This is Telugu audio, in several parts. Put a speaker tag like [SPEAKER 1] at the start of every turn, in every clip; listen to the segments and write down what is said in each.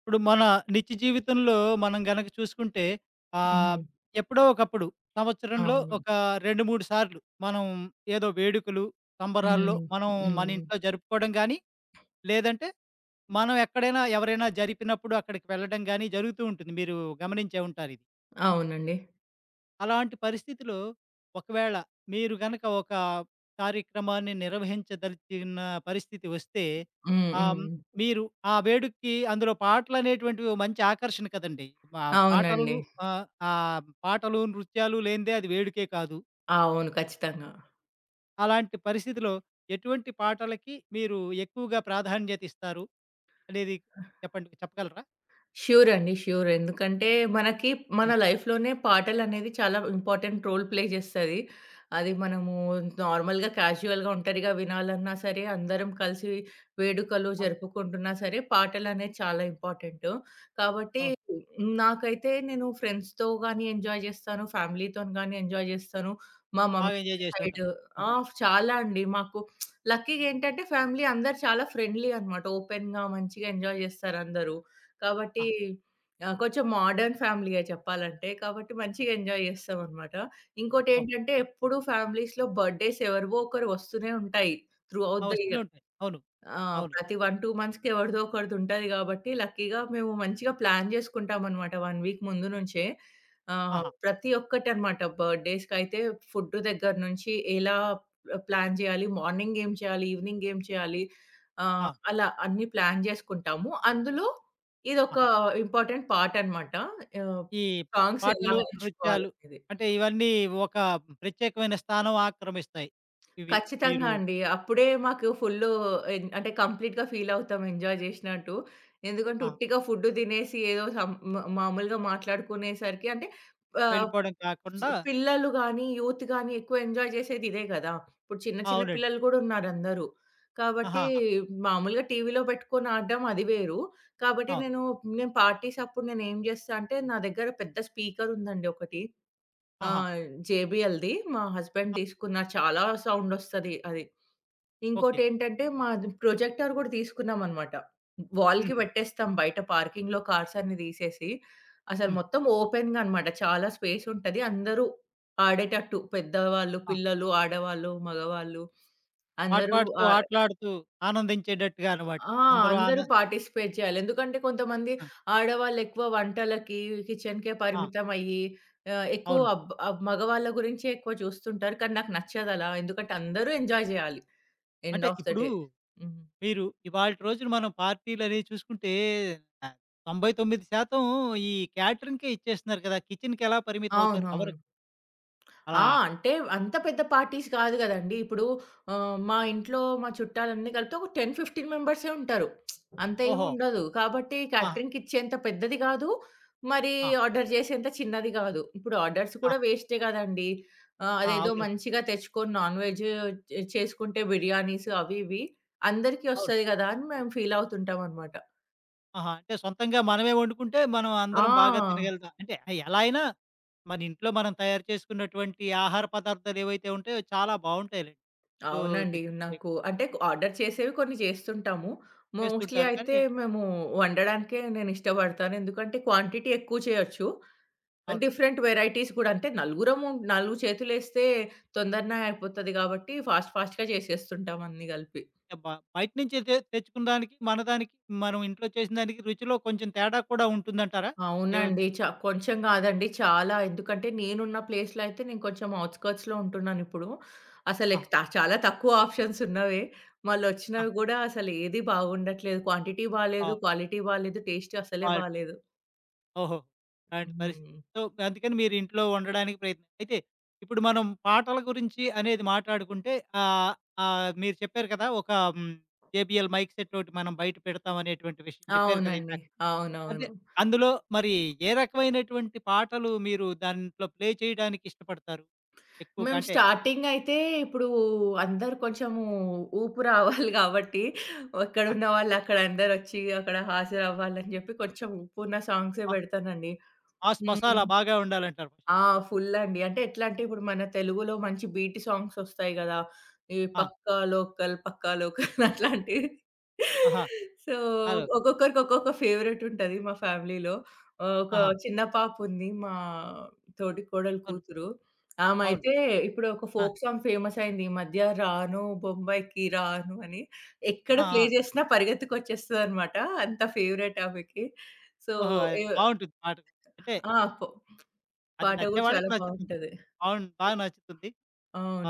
[SPEAKER 1] ఇప్పుడు మన నిత్య జీవితంలో మనం గనక చూసుకుంటే ఆహ్,
[SPEAKER 2] హ్మ్.
[SPEAKER 1] ఎప్పుడో ఒకప్పుడు సంవత్సరంలో
[SPEAKER 2] అవును.
[SPEAKER 1] ఒక 2, 3 సార్లు మనం ఏదో వేడుకలు, సంబరాల్లో
[SPEAKER 2] హ్మ్.
[SPEAKER 1] మనం మన
[SPEAKER 2] హ్మ్.
[SPEAKER 1] ఇంట్లో జరుపుకోవడం గానీ, లేదంటే మనం ఎక్కడైనా ఎవరైనా జరిపినప్పుడు అక్కడికి వెళ్ళడం గానీ జరుగుతూ ఉంటుంది. మీరు గమనించే ఉంటారిది.
[SPEAKER 2] అవునండి.
[SPEAKER 1] అలాంటి పరిస్థితిలో ఒకవేళ మీరు గనక ఒక కార్యక్రమాన్ని నిర్వహించదలిచిన పరిస్థితి వస్తే,
[SPEAKER 2] హ్మ్.
[SPEAKER 1] ఆహ్, హ్మ్,
[SPEAKER 2] హ్మ్.
[SPEAKER 1] మీరు ఆ వేడుకకి అందులో పాటలనేటువంటివి ఓ మంచి ఆకర్షణ కదండీ! మా పాటలు
[SPEAKER 2] అవునండి.
[SPEAKER 1] ఆహ్, ఆహ్, పాటలు, నృత్యాలు లేనిదే అది వేడుకే కాదు.
[SPEAKER 2] అవును. ఖచ్చితంగా.
[SPEAKER 1] అలాంటి పరిస్థితిలో ఎటువంటి పాటలకి మీరు ఎక్కువగా ప్రాధాన్యత ఇస్తారు అనేది చెప్పగలరా?
[SPEAKER 2] ష్యూర్ అండి. ష్యూర్. ఎందుకంటే మనకి మన
[SPEAKER 1] హ్మ్.
[SPEAKER 2] లైఫ్‌లోనే పాటలనేది చాలా ఇంపార్టెంట్ రోల్ ప్లే జేస్తది. అది మనము నార్మల్‌గా క్యాజువల్‌గా ఒంటరిగా వినాలన్నా సరే, అందరం కలిసి వేడుకలు
[SPEAKER 1] అవును.
[SPEAKER 2] జరుపుకుంటున్నా సరే, పాటలనేది చాలా ఇంపార్టెంటు. కాబట్టి
[SPEAKER 1] అవును.
[SPEAKER 2] నాకైతే నేను ఫ్రెండ్స్‌తో గానీ ఎంజాయ్ జేస్తాను. ఫ్యామిలీతోని గానీ ఎంజాయ్ జేస్తాను. మా మమ్మీ
[SPEAKER 1] బాగా ఎంజాయ్ చేస్తూ
[SPEAKER 2] సైడ్
[SPEAKER 1] ఉంటారు. ఆ!
[SPEAKER 2] ఆ! చాలా అండి. మాకు లక్కీగేంటంటే ఫ్యామిలీ అందరూ చాలా ఫ్రెండ్లీ అనమాట. ఓపెన్‌గా మంచిగా ఎంజాయ్ జేస్తారందరూ.
[SPEAKER 1] ఆ!
[SPEAKER 2] కాబట్టి కొంచెం మోడర్న్ ఫ్యామిలీయే చెప్పాలంటే. కాబట్టి మంచిగా ఎంజాయ్ చేస్తామనమాట.
[SPEAKER 1] ఓహ్!
[SPEAKER 2] ఇంకోటేంటంటే ఎప్పుడూ ఫ్యామిలీస్‌లో బర్త్‌డేస్ ఎవరివో ఒకరు వస్తూనే ఉంటాయి. Through
[SPEAKER 1] ah!
[SPEAKER 2] ఔట్ ద
[SPEAKER 1] వస్తూనే
[SPEAKER 2] ఇయర్.
[SPEAKER 1] ఉంటాయి. అవును.
[SPEAKER 2] ఆ!
[SPEAKER 1] అవును.
[SPEAKER 2] ప్రతి 1, 2 మంత్స్‌కి ఎవరిదో ఒకరిదుంటది గాబట్టి, లక్కీగా మేము మంచిగా ప్లాన్ జేసుకుంటామనమాట 1 వీక్ ముందు నుంచే.
[SPEAKER 1] ఆహా!
[SPEAKER 2] ప్రతి ఒక్కటనమాట బర్త్‌డేస్‌కైతే ఫుడ్ దగ్గర నుంచి ఎలా ప్లాన్ జేయాలి, మార్నింగ్ ఏం చేయాలి, ఈవినింగ్ ఏం చేయాలి,
[SPEAKER 1] ఆ!
[SPEAKER 2] అలా అన్నీ ప్లాన్ జేసుకుంటాము. అందులో
[SPEAKER 1] ఆ!
[SPEAKER 2] ఇదొక ఇంపార్టెంట్ పార్ట్ అనమాట. ఆహ్,
[SPEAKER 1] ఈ
[SPEAKER 2] సాంగ్స్ ఎలా
[SPEAKER 1] పాటలు, నృత్యాలు
[SPEAKER 2] ఎంచుకోవాలనేది.
[SPEAKER 1] అంటే ఇవన్నీ ఒక ప్రత్యేకమైన స్థానం ఆక్రమిస్తాయి. ఇవి
[SPEAKER 2] ఖచ్చితంగా
[SPEAKER 1] మీరు
[SPEAKER 2] అండి. అప్పుడే మాకు ఫుల్లు ఎన్ అంటే కంప్లీట్‌గా ఫీల్ అవుతాం ఎంజాయ్ జేసినట్టు. ఎందుకంటే
[SPEAKER 1] ఆ!
[SPEAKER 2] ఉట్టిగా ఫుడ్ తినేసి ఏదో సం మా మామూలుగా మాట్లాడుకునేసరికి అంటే ఆహ్,
[SPEAKER 1] వెళ్ళిపోవడం కాకుండా
[SPEAKER 2] పిల్లలు గాని, యూత్ గాని ఎక్కువ ఎంజాయ్ జేసేది ఇదే గదా! ఇప్పుడు చిన్న
[SPEAKER 1] ఆ,
[SPEAKER 2] చిన్న
[SPEAKER 1] అవునండి.
[SPEAKER 2] పిల్లలు గూడా ఉన్నారందరూ. కాబట్టి
[SPEAKER 1] ఆహాహా!
[SPEAKER 2] మామూలుగా టీవీలో పెట్టుకొని ఆడడం అది వేరు. కాబట్టి
[SPEAKER 1] అవును.
[SPEAKER 2] నేను పార్టీస్ అప్పుడు నేనేం జేస్తా అంటే నా దగ్గర పెద్ద స్పీకర్ ఉందండి ఒకటి.
[SPEAKER 1] ఆహా!
[SPEAKER 2] ఆహ్, జేబీఎల్‌ది మా హస్బెండ్
[SPEAKER 1] ఆ!
[SPEAKER 2] తీసుకున్నారు. చాలా సౌండొస్తది అది.
[SPEAKER 1] ఓకే.
[SPEAKER 2] ఇంకోటేంటంటే, మాది ప్రొజెక్టర్ గూడా తీసుకున్నామనమాట. వాల్‌కి
[SPEAKER 1] హుహు.
[SPEAKER 2] పెట్టేస్తాం బయట పార్కింగ్‌లో కార్స్ అన్నీ తీసేసి, అసలు
[SPEAKER 1] హ్మ్.
[SPEAKER 2] మొత్తం ఓపెన్‌గా అనమాట. చాలా స్పేసుంటది. అందరూ ఆడేటట్టు పెద్దవాళ్ళు,
[SPEAKER 1] ఆ!
[SPEAKER 2] పిల్లలు, ఆడవాళ్ళు, మగవాళ్ళు
[SPEAKER 1] పాట
[SPEAKER 2] అందరూ
[SPEAKER 1] పాడుతూ,
[SPEAKER 2] ఆహ్,
[SPEAKER 1] ఆటలాడుతూ ఆనందించేటట్టుగా అన్నమాట.
[SPEAKER 2] ఆ!
[SPEAKER 1] అందరూ
[SPEAKER 2] అందరూ పార్టిసిపేట్ చేయాలి. ఎందుకంటే, కొంతమంది
[SPEAKER 1] ఆ!
[SPEAKER 2] ఆడవాళ్ళెక్కువ వంటలకి, కిచెన్‌కే
[SPEAKER 1] ఆ!
[SPEAKER 2] పరిమితమయ్యి ఎక్కువ
[SPEAKER 1] అవును.
[SPEAKER 2] మగవాళ్ళ గురించే ఎక్కువ చూస్తుంటారు. కానీ నాకు నచ్చదలా. ఎందుకంటే, అందరూ ఎంజాయ్ జేయాలి ఎండ్
[SPEAKER 1] అంటే
[SPEAKER 2] ఆఫ్ ద
[SPEAKER 1] ఇప్పుడు
[SPEAKER 2] డే. హ్మ్.
[SPEAKER 1] మీరు ఇవాల్టి రోజున మనం పార్టీలనేవి చూసుకుంటే ఆహ్, 99% ఈ క్యాటరింగ్‌కే ఇచ్చేస్తున్నారు కదా! కిచెన్‌కెలా పరిమితం అవుతారు?
[SPEAKER 2] అవునవును.
[SPEAKER 1] అవ్వరు. అలా
[SPEAKER 2] ఆ! అంటే అంత పెద్ద పార్టీస్ కాదు గదండీ. ఇప్పుడు మా ఇంట్లో మా చుట్టాలన్నీ కలిపితే ఒక 10, 15 మెంబర్సే ఉంటారు. అంత
[SPEAKER 1] ఓహో!
[SPEAKER 2] ఏముండదు. కాబట్టి
[SPEAKER 1] ఆహా!
[SPEAKER 2] క్యాటరింగ్‌కిచ్చేంత పెద్దది గాదు. మరి
[SPEAKER 1] ఆ! ఆ!
[SPEAKER 2] ఆర్డర్ జేసేంత చిన్నది గాదు. ఇప్పుడు ఆర్డర్స్ కూడా వేస్టే గదండీ.
[SPEAKER 1] ఆ!
[SPEAKER 2] అదేదో
[SPEAKER 1] అవును.
[SPEAKER 2] మంచిగా తెచ్చుకొని నాన్ వెజ్ చేసుకుంటే బిర్యానీస్ అవి ఇవి అందరికీ
[SPEAKER 1] అవును.
[SPEAKER 2] ఒస్తది గదా అని మేము ఫీల్ అవుతుంటామనమాట.
[SPEAKER 1] ఆహా! అంటే సొంతంగా మనమే వండుకుంటే మనం
[SPEAKER 2] ఆ!
[SPEAKER 1] అందరం బాగా తినగలుగుతాం. అంటే ఎలా అయినా మన ఇంట్లో మనం తయారు చేసుకున్నటువంటి ఆహార పదార్థాలు ఏవైతే ఉంటాయో చాలా బావుంటాయిలెండి. సో,
[SPEAKER 2] అవునండి.
[SPEAKER 1] తెచ్చి
[SPEAKER 2] నాకు అంటే ఆర్డర్ చేసేవి కొన్ని చేస్తుంటాము. మోస్ట్‌లీ
[SPEAKER 1] చేస్తుంటారు.
[SPEAKER 2] అయితే
[SPEAKER 1] కానీ
[SPEAKER 2] మేము వండడానికే నేను ఇష్టపడతాను. ఎందుకంటే క్వాంటిటీ ఎక్కువ చేయొచ్చు.
[SPEAKER 1] అవును.
[SPEAKER 2] డిఫరెంట్ వెరైటీస్ కూడా అంటే నలుగురము నాలుగు చేతులేస్తే తొందరనే అయిపోతది కాబట్టి ఫాస్ట్ ఫాస్ట్‌గా చేసేస్తుంటాం అన్నీ కలిపి.
[SPEAKER 1] బ బయట నుంచి తెచ్చుకున్న దానికి, మన దానికి మనం ఇంట్లో చేసిన దానికి రుచిలో కొంచెం తేడా కూడా ఉంటుందంటారా? ఏం
[SPEAKER 2] అవునండి. కొంచెం గాదండి. చాలా. ఎందుకంటే నేనున్న ప్లేస్‌లో అయితే నేను కొంచెం ఔట్‌స్కర్ట్స్‌లో ఉంటున్నానిప్పుడు. అసలెక్
[SPEAKER 1] ఆహా!
[SPEAKER 2] త చాలా తక్కువ ఆప్షన్స్ ఉన్నవే.
[SPEAKER 1] ఆ!
[SPEAKER 2] మళ్ళొచ్చినవి గూడా అసలు ఏది బాగుండట్లేదు. క్వాంటిటీ
[SPEAKER 1] ఆ!
[SPEAKER 2] బాలేదు, క్వాలిటీ బాలేదు, టేస్ట్ అసలే
[SPEAKER 1] ఆ!
[SPEAKER 2] బాలేదు.
[SPEAKER 1] ఓహో! అలాంటి పరిస్థితి.
[SPEAKER 2] హ్మ్.
[SPEAKER 1] సో, అందుకని మీరు ఇంట్లో వండడానికి ప్రయత్నం అయితే ఇప్పుడు మనం పాటల గురించి అనేది మాట్లాడుకుంటే ఆహ్, ఆహ్, మీరు చెప్పారు కదా! ఒక హ్మ్, జేబీఎల్ మైక్ సెట్ ఒకటి మనం బయట పెడతాం అనేటువంటి విషయం చెప్పారు కదా!
[SPEAKER 2] అవునండి.
[SPEAKER 1] ఇందాక. అంటే
[SPEAKER 2] అవునవును.
[SPEAKER 1] అందులో మరి ఏ రకమైనటువంటి పాటలు మీరు దాంట్లో ప్లే చేయడానికి ఇష్టపడతారు? ఎక్కువగా
[SPEAKER 2] మేము
[SPEAKER 1] అంటే
[SPEAKER 2] స్టార్టింగ్ అయితే ఇప్పుడు అందరూ కొంచెము ఊపు రావాలి గాబట్టి
[SPEAKER 1] ఆ!
[SPEAKER 2] ఎక్కడున్న వాళ్ళు అక్కడ అందరొచ్చి అక్కడ హాజరవ్వాలని జెప్పి కొంచెం ఊపున్న సాంగ్సే
[SPEAKER 1] ఆ!
[SPEAKER 2] బెడతానండి.
[SPEAKER 1] మాస్
[SPEAKER 2] హ్మ్.
[SPEAKER 1] మసాలా బాగా ఉండాలంటారు.
[SPEAKER 2] ఆ! ఫుల్ అండి. అంటే ఎట్లా అంటే ఇప్పుడు మన తెలుగులో మంచి బీటీ సాంగ్స్ వస్తాయి గదా! ఈ
[SPEAKER 1] ఆ!
[SPEAKER 2] 'పక్కా లోకల్, పక్కా లోకల్' అట్లాంటివి.
[SPEAKER 1] ఆహా!
[SPEAKER 2] So,
[SPEAKER 1] hello.
[SPEAKER 2] ఒక్కొక్కరికి ఒక్కొక్క ఫేవరెట్ ఉంటది మా ఫ్యామిలీలో. ఒక
[SPEAKER 1] ఆహా!
[SPEAKER 2] చిన్న పాప ఉంది. మా తోటి కోడలు
[SPEAKER 1] అవును.
[SPEAKER 2] కూతురు. ఆమె
[SPEAKER 1] అవును.
[SPEAKER 2] అయితే ఇప్పుడు ఒక
[SPEAKER 1] ఆ!
[SPEAKER 2] ఫోక్ సాంగ్ ఫేమస్ అయింది ఈ మధ్య 'రాను బొంబాయికి రాను' అని. ఎక్కడ
[SPEAKER 1] ఆ!
[SPEAKER 2] ప్లే
[SPEAKER 1] ఆ!
[SPEAKER 2] చేసినా పరిగెత్తుకొచ్చేస్తదనమాట. అంత ఫేవరెట్ ఆమెకి. సో,
[SPEAKER 1] ఓహో! అది
[SPEAKER 2] ఏ
[SPEAKER 1] బావుంటుంది పాట. అంటే
[SPEAKER 2] ఆ!
[SPEAKER 1] అది
[SPEAKER 2] పాట గూడా
[SPEAKER 1] నచ్చేవాళ్ళకి
[SPEAKER 2] చాలా
[SPEAKER 1] నచ్చుతుంది.
[SPEAKER 2] బావుంటది.
[SPEAKER 1] అవును. బాగా నచ్చుతుంది.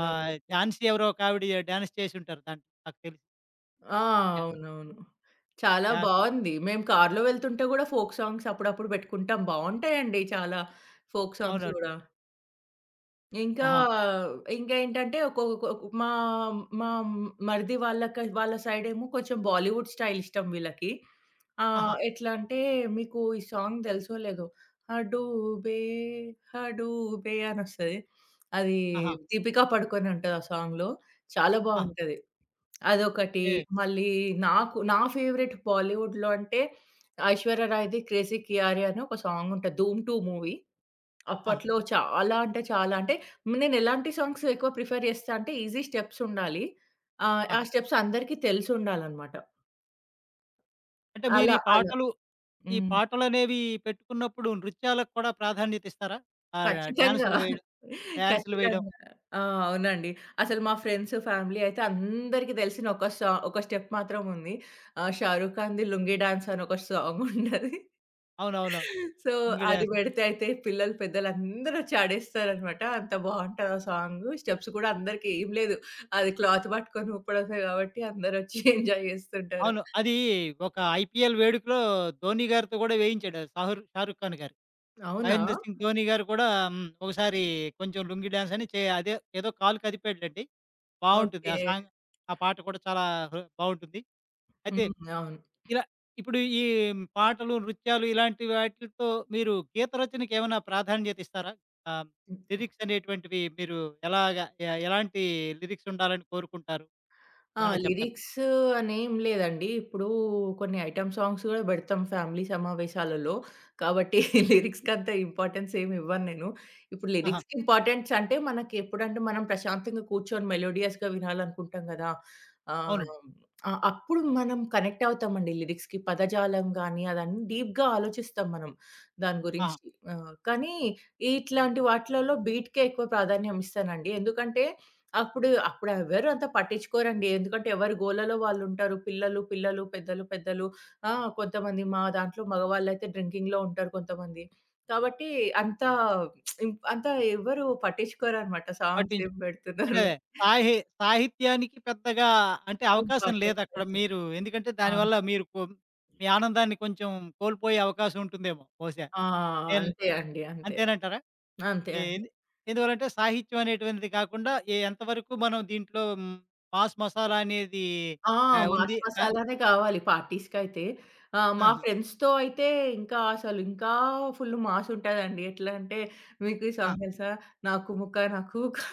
[SPEAKER 1] డాన్స్ ఎవరో ఒకావిడ డాన్స్ చేసుంటారు దాంట్లో నాకు తెలిసి.
[SPEAKER 2] ఆ!
[SPEAKER 1] డా
[SPEAKER 2] అవునవును. చాలా
[SPEAKER 1] డాన్స్ చేసి-
[SPEAKER 2] బావుంది. మేము కార్‌లో వెళ్తుంటే గూడా ఫోక్ సాంగ్స్ అప్పుడప్పుడు పెట్టుకుంటాం. బావుంటాయండి చాలా ఫోక్ సాంగ్స్
[SPEAKER 1] అవునండి.
[SPEAKER 2] గూడా. ఇంకా
[SPEAKER 1] ఆహా!
[SPEAKER 2] ఇంకా ఏంటంటే ఒకొ ఒకొ మా మా మరిది వాళ్ళకి వాళ్ళ సైడ్ ఏమో కొంచెం బాలీవుడ్ స్టైల్ ఇష్టం వీళ్ళకి.
[SPEAKER 1] ఆహా!
[SPEAKER 2] ఎట్లా అంటే మీకు ఈ సాంగ్ తెలుసో లేదో 'హడూబే 'హడూబే' అనొస్తది. అది
[SPEAKER 1] ఆహా!
[SPEAKER 2] దీపికా పడుకొనే ఉంటది ఆ సాంగ్‌లో. చాలా
[SPEAKER 1] ఆహా!
[SPEAKER 2] బావుంటది. అదొకటి.
[SPEAKER 1] ఏ
[SPEAKER 2] మళ్ళీ నా ఫేవరెట్ బాలీవుడ్‌లో అంటే ఐశ్వర్య రాయ్‌ది 'క్రేజీ కియారి' అని ఒక సాంగ్ ఉంటది. 'ధూమ్ 2' మూవీ.
[SPEAKER 1] ఆహా!
[SPEAKER 2] అప్పట్లో చాలా అంటే నేనెలాంటి సాంగ్స్ ఎక్కువ ప్రిఫర్ చేస్తా అంటే ఈజీ స్టెప్స్ ఉండాలి.
[SPEAKER 1] ఆ!
[SPEAKER 2] ఆ స్టెప్స్ అందరికీ తెలిసుండాలనమాట.
[SPEAKER 1] అంటే మీరు
[SPEAKER 2] అలా
[SPEAKER 1] ఈ
[SPEAKER 2] అలా.
[SPEAKER 1] పాటలు, ఈ
[SPEAKER 2] హ్మ్.
[SPEAKER 1] పాటలనేవి పెట్టుకున్నప్పుడు నృత్యాలకు కూడా ప్రాధాన్యత ఇస్తారా? ఆహ్,
[SPEAKER 2] ఖచ్చితంగా.
[SPEAKER 1] డాన్సులు వేయడం డాన్సులు వేయడం.
[SPEAKER 2] ఖచ్చితంగా. ఆ! అవునండి. అసలు మా ఫ్రెండ్స్, ఫ్యామిలీ అయితే అందరికీ తెలిసిన ఒక స్టెప్ మాత్రం ఉంది. 'షారుఖ్ ఖాన్‌ది 'లుంగీ డాన్స్' అని ఒక సాంగ్ ఉంటది.
[SPEAKER 1] అవునవునవును.
[SPEAKER 2] సో,
[SPEAKER 1] లుంగీ
[SPEAKER 2] అది
[SPEAKER 1] డాన్స్.
[SPEAKER 2] పెడితే అయితే పిల్లలు, పెద్దలందరూ వచ్చి ఆడేస్తారనమాట. అంత బావుంటది ఆ సాంగు. స్టెప్స్ కూడా అందరికి ఏం లేదు. అది క్లాత్ పట్టుకొని ఊపడమే కాబట్టి అందరొచ్చి ఎంజాయ్ చేస్తుంటారు.
[SPEAKER 1] అవును. అది ఒక ఐపీఎల్ వేడుకలో ధోని గారితో గూడా వేయించాడు ' షారుఖ్ ఖాన్' గారు.
[SPEAKER 2] అవునా?
[SPEAKER 1] మహేంద్ర సింగ్ ధోని గారు కూడా హ్మ్. ఒకసారి కొంచెం లుంగీ డాన్స్ అని అదే ఏదో కాలు కదిపాడండి. బావుంటుంది.
[SPEAKER 2] ఓకే.
[SPEAKER 1] ఆ పాట కూడా చాలా బావుంటుంది. అయితే
[SPEAKER 2] హ్మ్. అవును.
[SPEAKER 1] ఇలా ఇప్పుడు ఈ పాటలు, నృత్యాలు ఇలాంటి వాటిలతో మీరు గీత రచనకేమైనా ప్రాధాన్యత ఇస్తారా? ఆహ్, లిరిక్స్ అనేటువంటివి మీరు ఎలాగా ఎ ఎలాంటి లిరిక్స్ ఉండాలని కోరుకుంటారు?
[SPEAKER 2] ఆ!
[SPEAKER 1] ఏమైనా చెప్పగలరా?
[SPEAKER 2] లిరిక్స్ అనేం లేదండి. ఇప్పుడు కొన్ని ఐటెమ్ సాంగ్స్ గూడా బెడతాం ఫ్యామిలీ సమావేశాలలో. కాబట్టి లిరిక్స్‌కంత ఇంపార్టెన్స్ ఏమి ఇవ్వను నేను. ఇప్పుడు
[SPEAKER 1] ఆహా!
[SPEAKER 2] లిరిక్స్‌కి ఇంపార్టెన్స్ అంటే మనకి ఎప్పుడంటే మనం ప్రశాంతంగా కూర్చొని మెలోడియస్‌గా వినాలనుకుంటాం గదా! ఆహ్,
[SPEAKER 1] అవునండి.
[SPEAKER 2] అప్పుడు మనం కనెక్ట్ అవుతామండి లిరిక్స్‌కి. పదజాలం గానీ, అదన్నీ డీప్‌గా ఆలోచిస్తాం మనం దాని
[SPEAKER 1] ఆహా!
[SPEAKER 2] గురించి. కానీ ఇట్లాంటి వాటిలలో బీట్‌కే ఎక్కువ ప్రాధాన్యం ఇస్తానండి. ఎందుకంటే అప్పుడెవరు అంత పట్టించుకోరండి. ఎందుకంటే ఎవరి గోలలో వాళ్ళుంటారు. పిల్లలు, పిల్లలు, పెద్దలు, పెద్దలు. ఆ! కొంతమంది మా దాంట్లో మగవాళ్ళైతే డ్రింకింగ్‌లో ఉంటారు కొంతమంది. కాబట్టి అంత అంత ఎవ్వరు పట్టించుకోరనమాట. సాంగ్స్ ఏం
[SPEAKER 1] పట్టించుకోరు.
[SPEAKER 2] పెడుతున్నారు
[SPEAKER 1] అంటే సాహి సాహిత్యానికి పెద్దగా అంటే అవకాశం
[SPEAKER 2] ఇంపార్టెన్స్
[SPEAKER 1] లేదక్కడ
[SPEAKER 2] అయితే.
[SPEAKER 1] మీరు. ఎందుకంటే
[SPEAKER 2] ఆ!
[SPEAKER 1] దానివల్ల మీరు మీ ఆనందాన్ని కొంచెం కోల్పోయే అవకాశం ఉంటుందేమో బహుశా.
[SPEAKER 2] ఆ!
[SPEAKER 1] ఎన్
[SPEAKER 2] అంతే అండి. అంతే.
[SPEAKER 1] అంతేనంటారా?
[SPEAKER 2] అంతే.
[SPEAKER 1] ఎ
[SPEAKER 2] అంతే.
[SPEAKER 1] ఎందు ఎందువల్లంటే సాహిత్యం అనేటువంటిది కాకుండా ఎ ఎంతవరకు మనం దీంట్లో మాస్ మసాలా అనేది
[SPEAKER 2] ఆ! మాస్
[SPEAKER 1] ఉంది. ఆహ్,
[SPEAKER 2] మసాలానే కావాలి పార్టీస్‌కైతే. మా
[SPEAKER 1] ఆహా!
[SPEAKER 2] ఫ్రెండ్స్‌తో అయితే ఇంకా ఫుల్ మాస్ ఉంటదండి. ఎట్లా అంటే మీకు ఈ
[SPEAKER 1] ఆ!
[SPEAKER 2] సాంగ్ తెలుసా? 'నాకు ముక్క నాకు ముక్క'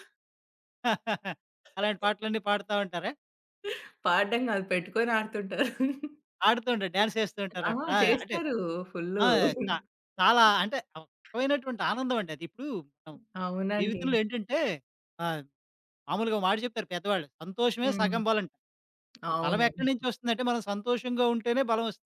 [SPEAKER 1] అలాంటి పాటలన్నీ పాడుతా ఉంటారా?
[SPEAKER 2] పాడడం కాదు పెట్టుకొని ఆడుతుంటారు.
[SPEAKER 1] ఆడుతూ ఉంటారు. డాన్స్ ఏస్తూ ఉంటారా?
[SPEAKER 2] ఆ!
[SPEAKER 1] ఆ! అంటే
[SPEAKER 2] చేస్తారు
[SPEAKER 1] ఆ!
[SPEAKER 2] ఫుల్లు.
[SPEAKER 1] చా చాలా అంటే ఒక రకమైనటువంటి ఆనందం అండి అది. ఇప్పుడు మనం
[SPEAKER 2] అవునండి.
[SPEAKER 1] జీవితంలో ఏంటంటే ఆహ్, మామూలుగా ఒక మాట చెప్తారు పెద్దవాళ్ళు. సంతోషమే
[SPEAKER 2] హ్మ్.
[SPEAKER 1] సగం బలంట. ఈ బలం
[SPEAKER 2] అవును.
[SPEAKER 1] ఎక్కడి నుంచి వస్తుందంటే మనం సంతోషంగా ఉంటేనే బలం వస్తుంది.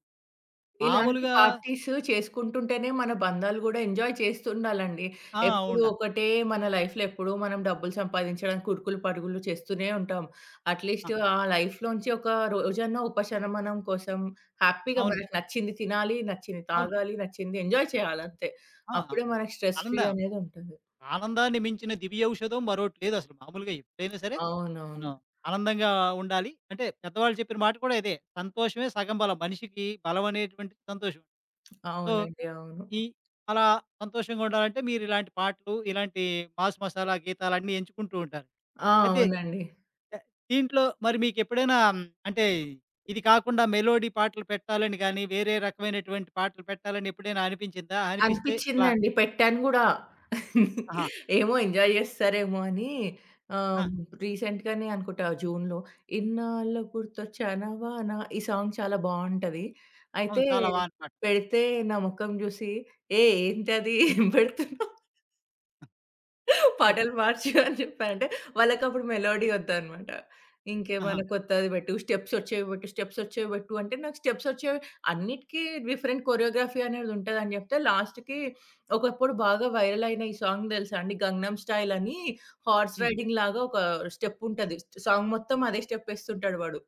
[SPEAKER 2] ఇలాంటి
[SPEAKER 1] మామూలుగా
[SPEAKER 2] పార్టీస్ చేసుకుంటుంటేనే మన బంధాలు గూడా ఎంజాయ్ చేస్తుండాలండి.
[SPEAKER 1] ఆ!
[SPEAKER 2] ఎప్పుడు
[SPEAKER 1] ఉండ
[SPEAKER 2] ఒకటే మన లైఫ్‌లో ఎప్పుడూ మనం డబ్బులు సంపాదించడానికి ఉరుకులు పరుగులు చేస్తూనే ఉంటాం. అట్‌లీస్ట్
[SPEAKER 1] ఆ!
[SPEAKER 2] ఆ లైఫ్‌లోంచి ఒక రోజన్నా ఉపశమనం కోసం హ్యాపీగా
[SPEAKER 1] అవును.
[SPEAKER 2] మనకు నచ్చింది తినాలి, నచ్చింది
[SPEAKER 1] అవును.
[SPEAKER 2] తాగాలి, నచ్చింది ఎంజాయ్ చేయాలంతే.
[SPEAKER 1] ఆ! ఆ!
[SPEAKER 2] అప్పుడే మనకు స్ట్రెస్ ఫ్రీ
[SPEAKER 1] ఆనందం.
[SPEAKER 2] అనేది ఉంటది.
[SPEAKER 1] ఆనందాన్ని మించిన దివ్యౌషధం మరోటి లేదసలు మామూలుగా ఎప్పుడైనా సరే
[SPEAKER 2] అవునవును.
[SPEAKER 1] మనం ఆనందంగా ఉండాలి. అంటే పెద్దవాళ్ళు చెప్పిన మాట కూడా ఇదే. సంతోషమే సగం బలం. మనిషికి బలం అనేటువంటిది సంతోషం. సో
[SPEAKER 2] అవునండి. అవును.
[SPEAKER 1] ఈ అలా సంతోషంగా ఉండాలంటే మీరిలాంటి పాటలు, ఇలాంటి మాస్ మసాలా గీతాలన్నీ ఎంచుకుంటూ ఉంటారు.
[SPEAKER 2] ఆ!
[SPEAKER 1] అయితే
[SPEAKER 2] అవునండి.
[SPEAKER 1] ఆహ్, దీంట్లో మరి మీకెప్పుడైనా అంటే ఇది కాకుండా మెలోడీ పాటలు పెట్టాలని గానీ, వేరే రకమైనటువంటి పాటలు పెట్టాలని ఎప్పుడైనా అనిపించిందా? అనిపిస్తే ఇలా
[SPEAKER 2] అనిపిచ్చిందండి. పెట్టాను గూడా.
[SPEAKER 1] ఆహా!
[SPEAKER 2] ఏమో ఎంజాయ్ జేస్తారేమో అని
[SPEAKER 1] ఆ!
[SPEAKER 2] ఆహ్, రీసెంట్‌గానే అనుకుంటా జూన్‌లో 'ఇన్నాళ్లు గుర్తొచ్చానా వానా' ఈ సాంగ్ చాలా బావుంటది. అయితే
[SPEAKER 1] అవును. చాలా వాన పాట.
[SPEAKER 2] పెడితే నా మొఖం జూసి "ఏయ్! ఏంటది ఏం పెడుతున్నావు?"
[SPEAKER 1] హై!
[SPEAKER 2] పాటలు మార్చు అని చెప్పానంటే, వాళ్ళకప్పుడు మెలోడీ ఒద్దనమాట.
[SPEAKER 1] ఆహా!
[SPEAKER 2] ఇంకేమైనా కొత్తది పెట్టు, స్టెప్స్ ఒచ్చేవి పెట్టు అంటే, నాకు స్టెప్స్ ఒచ్చేవి అన్నిటికి డిఫరెంట్ కొరియోగ్రఫీ అనేదుంటదని జెప్తే, లాస్ట్‌కి ఒకప్పుడు బాగా వైరల్ అయిన ఈ సాంగ్ దెలుసా అండి? 'గంగనం స్టైల్' అని హార్స్
[SPEAKER 1] హ్మ్.
[SPEAKER 2] రైడింగ్ లాగా ఒక స్టెప్పుంటది. సాంగ్ మొత్తం అదే స్టెప్ ఎస్తుంటాడు వాడు.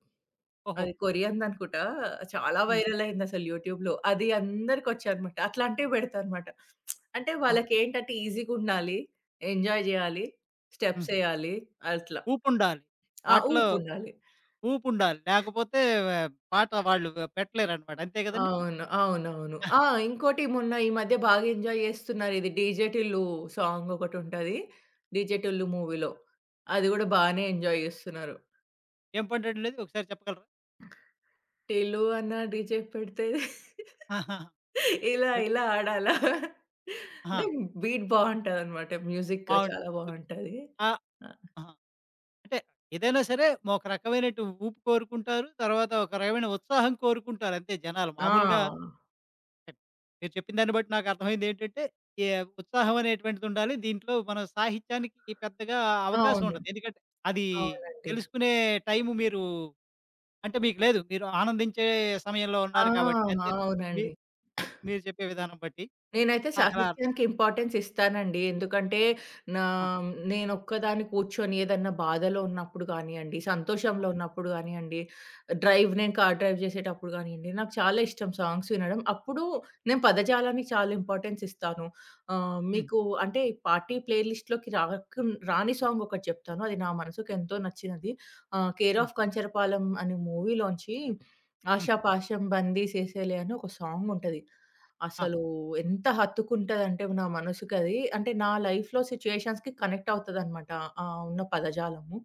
[SPEAKER 1] ఓహో!
[SPEAKER 2] అది కొరియన్‌దనుకుంటా. చాలా
[SPEAKER 1] హ్మ్.
[SPEAKER 2] వైరల్ అయిందసలు యూట్యూబ్‌లో. అది అందరికొచ్చాయనమాట. అట్లాంటివి పెడతానమాట. అంటే
[SPEAKER 1] ఓహో!
[SPEAKER 2] వాళ్ళకేంటంటే ఈజీగుండాలి, ఎంజాయ్ జేయాలి,
[SPEAKER 1] హ్మ్.
[SPEAKER 2] స్టెప్సేయాలి అట్లా.
[SPEAKER 1] ఊపుండాలి.
[SPEAKER 2] ఆ!
[SPEAKER 1] పాటలో
[SPEAKER 2] ఊపుండాలి.
[SPEAKER 1] ఊపుండాలి. లేకపోతే ఆ, పాట వాళ్ళు పెట్టలేరనమాట. అంతే కదండీ!
[SPEAKER 2] అవును. అవునవును.
[SPEAKER 1] ఆ!
[SPEAKER 2] ఆ! ఇంకోటి మొన్న ఈ మధ్య బాగా ఎంజాయ్ జేస్తున్నారు. ఇది 'డీజే టిల్లు' సాంగ్ ఒకటుంటది. 'డీజే టిల్లు' మూవీలో. అది గూడా బానే ఎంజాయ్ జేస్తున్నారు.
[SPEAKER 1] ఏం పాటండి అది ఒకసారి చెప్పగలరా?
[SPEAKER 2] టిల్లు అన్న డీజే పెడితే
[SPEAKER 1] ఆహాహా!
[SPEAKER 2] ఇలా ఇలా ఆడాలా?
[SPEAKER 1] అహా!
[SPEAKER 2] అంటే బీట్ బావుంటదనమాట. మ్యూజిక్ చాలా
[SPEAKER 1] బావుంటుంది.
[SPEAKER 2] బావుంటది.
[SPEAKER 1] ఆహ్,
[SPEAKER 2] ఆ!
[SPEAKER 1] అహా! అంటే ఏదైనా సరే ఒక రకమైనటు ఊపు కోరుకుంటారు. తర్వాత ఒక రకమైన ఉత్సాహం కోరుకుంటారు అంతే జనాలు.
[SPEAKER 2] ఆ!
[SPEAKER 1] మామూలుగా
[SPEAKER 2] అవును.
[SPEAKER 1] మీరు చెప్పిన దాన్ని బట్టి నాకు అర్థమైందేంటంటే ఏ ఉత్సాహం అనేటువంటిదుండాలి. దీంట్లో మన సాహిత్యానికి పెద్దగా అవకాశం
[SPEAKER 2] అవును.
[SPEAKER 1] ఉండదు. ఎందుకంటే అది
[SPEAKER 2] అవునండి.
[SPEAKER 1] తెలుసుకునే టైము మీరు అంటే మీకు లేదు. మీరు ఆనందించే సమయంలో
[SPEAKER 2] ఆ!
[SPEAKER 1] ఉన్నారు కాబట్టి అంతే. మీ
[SPEAKER 2] అవునండి.
[SPEAKER 1] మీరు చెప్పే విధానం బట్టి
[SPEAKER 2] నేనైతే
[SPEAKER 1] నాకలా
[SPEAKER 2] సాహిత్యానికి ఇంపార్టెన్స్ ఇస్తానండి. ఎందుకంటే నా
[SPEAKER 1] ఆ!
[SPEAKER 2] నేనొక్కదాన్ని కూర్చొని ఏదన్నా బాధలో ఉన్నప్పుడు గానియండి,
[SPEAKER 1] ఆ!
[SPEAKER 2] సంతోషంలో ఉన్నప్పుడు గానియండి, నేను కార్ డ్రైవ్ చేసేటప్పుడు గానియండి, నాకు చాలా ఇష్టం సాంగ్స్ వినడం. అప్పుడు నేను పదజాలానికి చాలా ఇంపార్టెన్స్ ఇస్తాను.
[SPEAKER 1] హ్మ్.
[SPEAKER 2] మీకు అంటే పార్టీ ప్లే లిస్ట్‌లోకి రాని సాంగ్ ఒకటి చెప్తాను. అది నా మనసుకు ఎంతో నచ్చినది. 'కేర్
[SPEAKER 1] హ్మ్.
[SPEAKER 2] ఆఫ్ కంచరపాలెం' అనే మూవీలోంచి
[SPEAKER 1] హ్మ్.
[SPEAKER 2] 'ఆషాపాషం బందీ సేసేలే' అని ఒక సాంగ్ ఉంటది.
[SPEAKER 1] ఆ!
[SPEAKER 2] అసలు ఎంత హత్తుకుంటదంటే నా మనసుకది అంటే నా లైఫ్‌లో సిట్యుయేషన్స్‌కి కనెక్ట్ అవుతదనమాట. ఆ ఉన్న పదజాలము.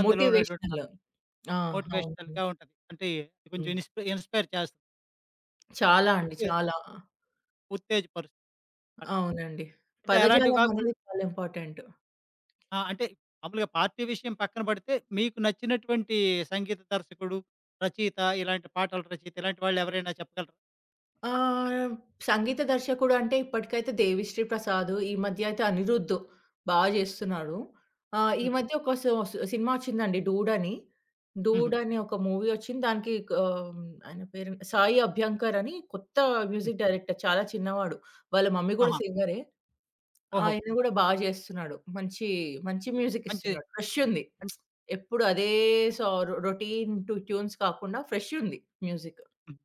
[SPEAKER 1] అందులో ఉన్నటువంటి
[SPEAKER 2] మోటివేషనల్. ఆ! అవునండి.
[SPEAKER 1] మోటివేషనల్‌గా ఉంటది. అంటే కొంచెం
[SPEAKER 2] హ్మ్.
[SPEAKER 1] ఇన్‌స్పైర్ చేస్తది.
[SPEAKER 2] చాలా
[SPEAKER 1] కొంచెం
[SPEAKER 2] అండి.
[SPEAKER 1] ఉత్తె
[SPEAKER 2] చాలా.
[SPEAKER 1] ఉత్తేజపరుస్తుందన్నమాట.
[SPEAKER 2] అవునండి.
[SPEAKER 1] అంటే అలాంటివి
[SPEAKER 2] పదజాలం
[SPEAKER 1] కాకుండా
[SPEAKER 2] అనేది చాలా ఇంపార్టెంట్.
[SPEAKER 1] ఆ! అంటే మామూలుగా పార్టీ విషయం పక్కన పడితే మీకు నచ్చినటువంటి సంగీత దర్శకుడు, రచయిత ఇలాంటి పాటల రచయిత ఇలాంటి వాళ్ళు ఎవరైనా చెప్పగలరా?
[SPEAKER 2] ఆహ్, సంగీత దర్శకుడు అంటే ఇప్పటికైతే 'దేవిశ్రీ ప్రసాద్', ఈ మధ్య అయితే 'అనిరుద్' బా జేస్తున్నాడు. ఈ
[SPEAKER 1] ఉండరు.
[SPEAKER 2] మధ్య ఒక సో స్ సినిమా వచ్చిందండి 'డూడ్' అని.
[SPEAKER 1] హుహు.
[SPEAKER 2] 'డూడ్' అని ఒక మూవీ వచ్చింది. దానికి ఆహ్, ఆయన పేరు సాయి అభ్యంకర్ అని కొత్త
[SPEAKER 1] హ్మ్.
[SPEAKER 2] మ్యూజిక్ డైరెక్టర్ చాలా చిన్నవాడు. వాళ్ళ మమ్మీ గూడా
[SPEAKER 1] ఆహా!
[SPEAKER 2] సింగరే.
[SPEAKER 1] ఓహో!
[SPEAKER 2] ఆయన గూడా బా జేస్తున్నాడు. మంచి మ్యూజిక్
[SPEAKER 1] మంచి
[SPEAKER 2] ఇస్తున్నాడు. ఫ్రెష్ ఉంది.
[SPEAKER 1] అన్
[SPEAKER 2] ఎప్పుడు అదే సో రొటీన్ టు ట్యూన్స్ కాకుండా ఫ్రెష్ ఉంది మ్యూజిక్.
[SPEAKER 1] హ్మ్.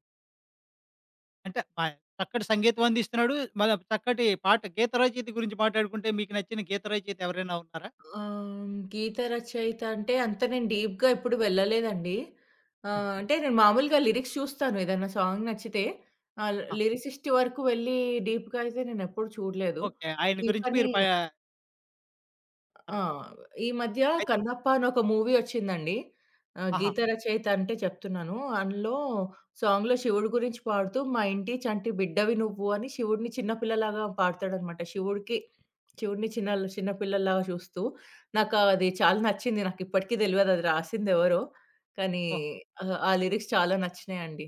[SPEAKER 1] అంటే ప చక్కటి సంగీతం అందిస్తున్నాడు. మన చక్కటి పాట గీత రచయిత గురించి మాట్లాడుకుంటే మీకు నచ్చిన గీత రచయిత ఎవరైనా ఉన్నారా?
[SPEAKER 2] గీత రచయిత అంటే అంత నేను డీప్‌గా ఎప్పుడు వెళ్ళలేదండి.
[SPEAKER 1] హ్మ్.
[SPEAKER 2] అంటే నేను మామూలుగా లిరిక్స్ చూస్తాను ఏదైనా సాంగ్ నచ్చితే. ఆ
[SPEAKER 1] ఆ!
[SPEAKER 2] లిరిసిస్ట్ వరకు వెళ్ళి డీప్‌గా అయితే నేనెప్పుడు చూడలేదు.
[SPEAKER 1] ఓకే. ఆయన గురించి
[SPEAKER 2] కానీ
[SPEAKER 1] మీరు ప
[SPEAKER 2] ఆ!
[SPEAKER 1] తర్వా
[SPEAKER 2] ఈ మధ్య
[SPEAKER 1] అయి
[SPEAKER 2] 'కన్నప్ప' అని ఒక మూవీ వచ్చిందండి.
[SPEAKER 1] ఆహా!
[SPEAKER 2] గీత రచయిత అంటే చెప్తున్నాను. అందులో సాంగ్‌లో శివుడి గురించి పాడుతూ "మా ఇంటి చంటి బిడ్డవి నువ్వు" అని శివుడిని చిన్న పిల్లలాగా పాడతాడనమాట. శివుడిని చిన్న చిన్న పిల్లల్లాగా చూస్తూ నాకు అది చాలా నచ్చింది. నాకు ఇప్పటికి తెలవదు అది రాసిందెవరో. కానీ
[SPEAKER 1] ఓహో!
[SPEAKER 2] ఆ లిరిక్స్ చాలా నచ్చినాయండి.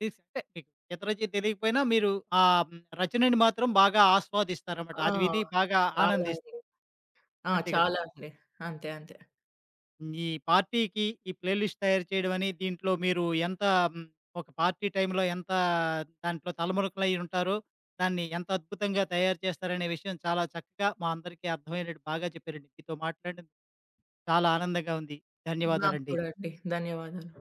[SPEAKER 1] అంటే మీకు ఈత రుచి తెలియకపోయినా మీరు ఆ రచనని మాత్రం బాగా ఆస్వాదిస్తారన్నమాట.
[SPEAKER 2] ఆ!
[SPEAKER 1] అది విని బాగా
[SPEAKER 2] చాలా
[SPEAKER 1] ఆనందిస్
[SPEAKER 2] అండి. ఆ!
[SPEAKER 1] అంతే కదండీ.
[SPEAKER 2] చాలా అండి. అంతే అంతే.
[SPEAKER 1] ఈ పార్టీకి ఈ ప్లే లిస్ట్ తయారు చేయడం అని దీంట్లో మీరు ఎంత హ్మ్, ఒక పార్టీ టైమ్‌లో ఎంత దాంట్లో తలమునకలై ఉంటారో, దాన్ని ఎంత అద్భుతంగా తయారు చేస్తారనే విషయం చాలా చక్కగా మా అందరికీ అర్థమయ్యేటట్టు బాగా చెప్పారండి. మీతో మాట్లాడినందుకు చాలా ఆనందంగా ఉంది.
[SPEAKER 2] నాకు
[SPEAKER 1] ధన్యవాదాలండి.
[SPEAKER 2] కూడా అండి. ధన్యవాదాలు.